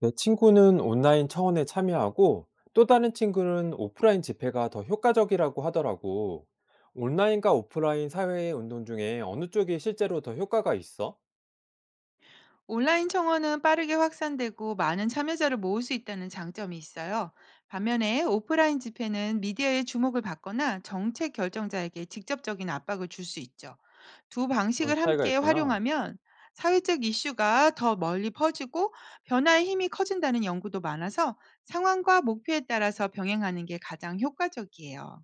내 친구는 온라인 청원에 참여하고 또 다른 친구는 오프라인 집회가 더 효과적이라고 하더라고. 온라인과 오프라인 사회의 운동 중에 어느 쪽이 실제로 더 효과가 있어? 온라인 청원은 빠르게 확산되고 많은 참여자를 모을 수 있다는 장점이 있어요. 반면에 오프라인 집회는 미디어의 주목을 받거나 정책 결정자에게 직접적인 압박을 줄 수 있죠. 두 그런 방식을 차이가 함께 있구나. 활용하면 사회적 이슈가 더 멀리 퍼지고 변화의 힘이 커진다는 연구도 많아서 상황과 목표에 따라서 병행하는 게 가장 효과적이에요.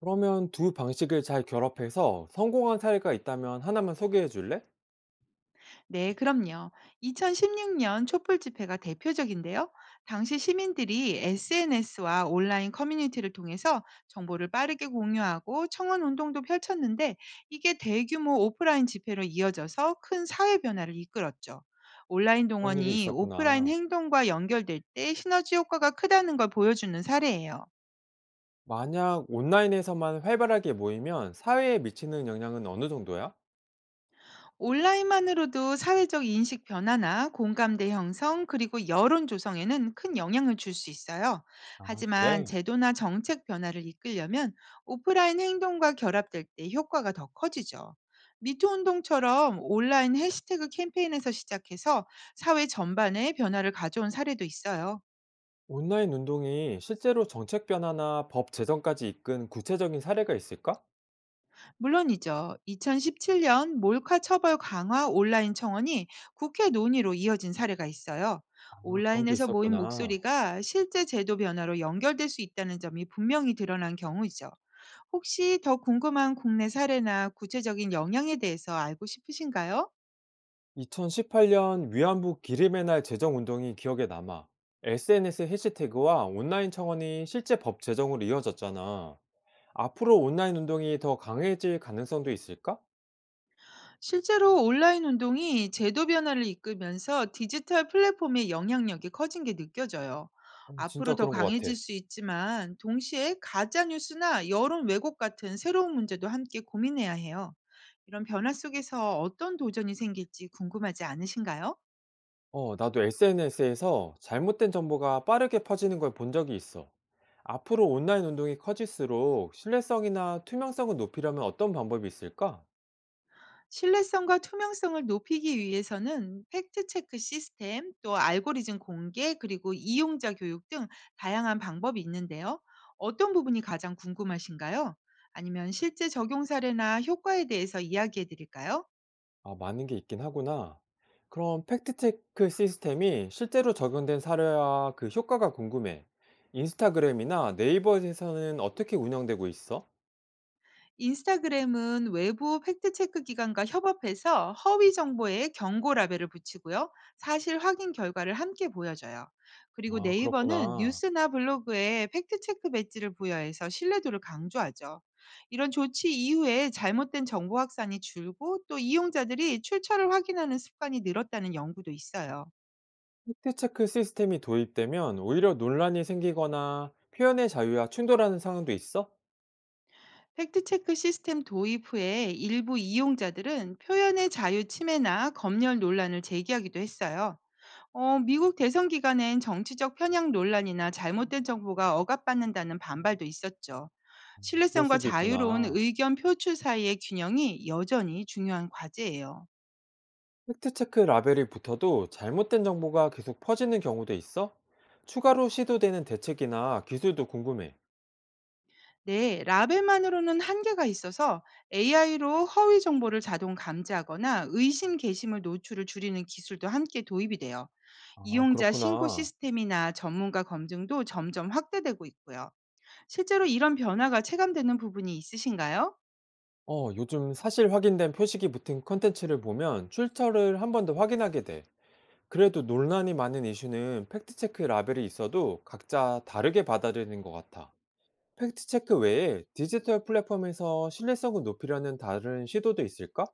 그러면 두 방식을 잘 결합해서 성공한 사례가 있다면 하나만 소개해 줄래? 네, 그럼요. 2016년 촛불 집회가 대표적인데요. 당시 시민들이 SNS와 온라인 커뮤니티를 통해서 정보를 빠르게 공유하고 청원 운동도 펼쳤는데, 이게 대규모 오프라인 집회로 이어져서 큰 사회 변화를 이끌었죠. 온라인 그런 일이 동원이 오프라인 있었구나. 행동과 연결될 때 시너지 효과가 크다는 걸 보여주는 사례예요. 만약 온라인에서만 활발하게 모이면 사회에 미치는 영향은 어느 정도야? 온라인만으로도 사회적 인식 변화나 공감대 형성, 그리고 여론 조성에는 큰 영향을 줄 수 있어요. 아, 하지만 그래? 제도나 정책 변화를 이끌려면 오프라인 행동과 결합될 때 효과가 더 커지죠. 미투 운동처럼 온라인 해시태그 캠페인에서 시작해서 사회 전반에 변화를 가져온 사례도 있어요. 온라인 운동이 실제로 정책 변화나 법 제정까지 이끈 구체적인 사례가 있을까? 물론이죠. 2017년 몰카 처벌 강화 온라인 청원이 국회 논의로 이어진 사례가 있어요. 아, 그런 게 온라인에서 모인 있었구나. 목소리가 실제 제도 변화로 연결될 수 있다는 점이 분명히 드러난 경우이죠. 혹시 더 궁금한 국내 사례나 구체적인 영향에 대해서 알고 싶으신가요? 2018년 위안부 기림의 날 제정 운동이 기억에 남아. SNS 해시태그와 온라인 청원이 실제 법 제정으로 이어졌잖아. 앞으로 온라인 운동이 더 강해질 가능성도 있을까? 실제로 온라인 운동이 제도 변화를 이끌면서 디지털 플랫폼의 영향력이 커진 게 느껴져요. 어, 앞으로 진짜 더 그런 것 같아. 강해질 수 있지만, 동시에 가짜 뉴스나 여론 왜곡 같은 새로운 문제도 함께 고민해야 해요. 이런 변화 속에서 어떤 도전이 생길지 궁금하지 않으신가요? 어, 나도 SNS에서 잘못된 정보가 빠르게 퍼지는 걸 본 적이 있어. 앞으로 온라인 운동이 커질수록 신뢰성이나 투명성을 높이려면 어떤 방법이 있을까? 신뢰성과 투명성을 높이기 위해서는 팩트체크 시스템, 또 알고리즘 공개, 그리고 이용자 교육 등 다양한 방법이 있는데요. 어떤 부분이 가장 궁금하신가요? 아니면 실제 적용 사례나 효과에 대해서 이야기해 드릴까요? 아, 많은 게 있긴 하구나. 그럼 팩트체크 시스템이 실제로 적용된 사례와 그 효과가 궁금해. 인스타그램이나 네이버에서는 어떻게 운영되고 있어? 인스타그램은 외부 팩트체크 기관과 협업해서 허위 정보에 경고 라벨을 붙이고요. 사실 확인 결과를 함께 보여줘요. 그리고 아, 네이버는 그렇구나. 뉴스나 블로그에 팩트체크 배지를 부여해서 신뢰도를 강조하죠. 이런 조치 이후에 잘못된 정보 확산이 줄고, 또 이용자들이 출처를 확인하는 습관이 늘었다는 연구도 있어요. 팩트체크 시스템이 도입되면 오히려 논란이 생기거나 표현의 자유와 충돌하는 상황도 있어? 팩트체크 시스템 도입 후에 일부 이용자들은 표현의 자유 침해나 검열 논란을 제기하기도 했어요. 미국 대선 기간엔 정치적 편향 논란이나 잘못된 정보가 억압받는다는 반발도 있었죠. 그럴 신뢰성과 수도 자유로운 있구나. 의견 표출 사이의 균형이 여전히 중요한 과제예요. 팩트체크 라벨이 붙어도 잘못된 정보가 계속 퍼지는 경우도 있어? 추가로 시도되는 대책이나 기술도 궁금해. 네, 라벨만으로는 한계가 있어서 AI로 허위 정보를 자동 감지하거나 의심 게시물 노출을 줄이는 기술도 함께 도입이 돼요. 아, 이용자 신고 그렇구나. 시스템이나 전문가 검증도 점점 확대되고 있고요. 실제로 이런 변화가 체감되는 부분이 있으신가요? 어, 요즘 사실 확인된 표식이 붙은 콘텐츠를 보면 출처를 한 번 더 확인하게 돼. 그래도 논란이 많은 이슈는 팩트체크 라벨이 있어도 각자 다르게 받아들이는 것 같아. 팩트체크 외에 디지털 플랫폼에서 신뢰성을 높이려는 다른 시도도 있을까?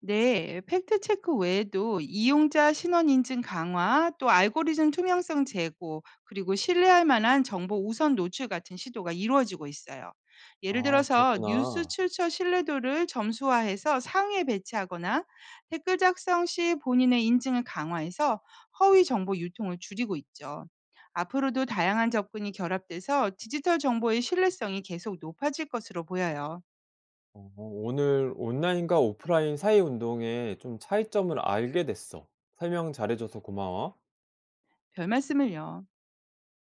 네, 팩트 체크 외에도 이용자 신원 인증 강화, 또 알고리즘 투명성 제고, 그리고 신뢰할 만한 정보 우선 노출 같은 시도가 이루어지고 있어요. 예를 아, 들어서 뉴스 그렇구나. 출처 신뢰도를 점수화해서 상위에 배치하거나 댓글 작성 시 본인의 인증을 강화해서 허위 정보 유통을 줄이고 있죠. 앞으로도 다양한 접근이 결합돼서 디지털 정보의 신뢰성이 계속 높아질 것으로 보여요. 어 오늘 온라인과 오프라인 사이 운동의 좀 차이점을 알게 됐어. 설명 잘해줘서 고마워. 별 말씀을요.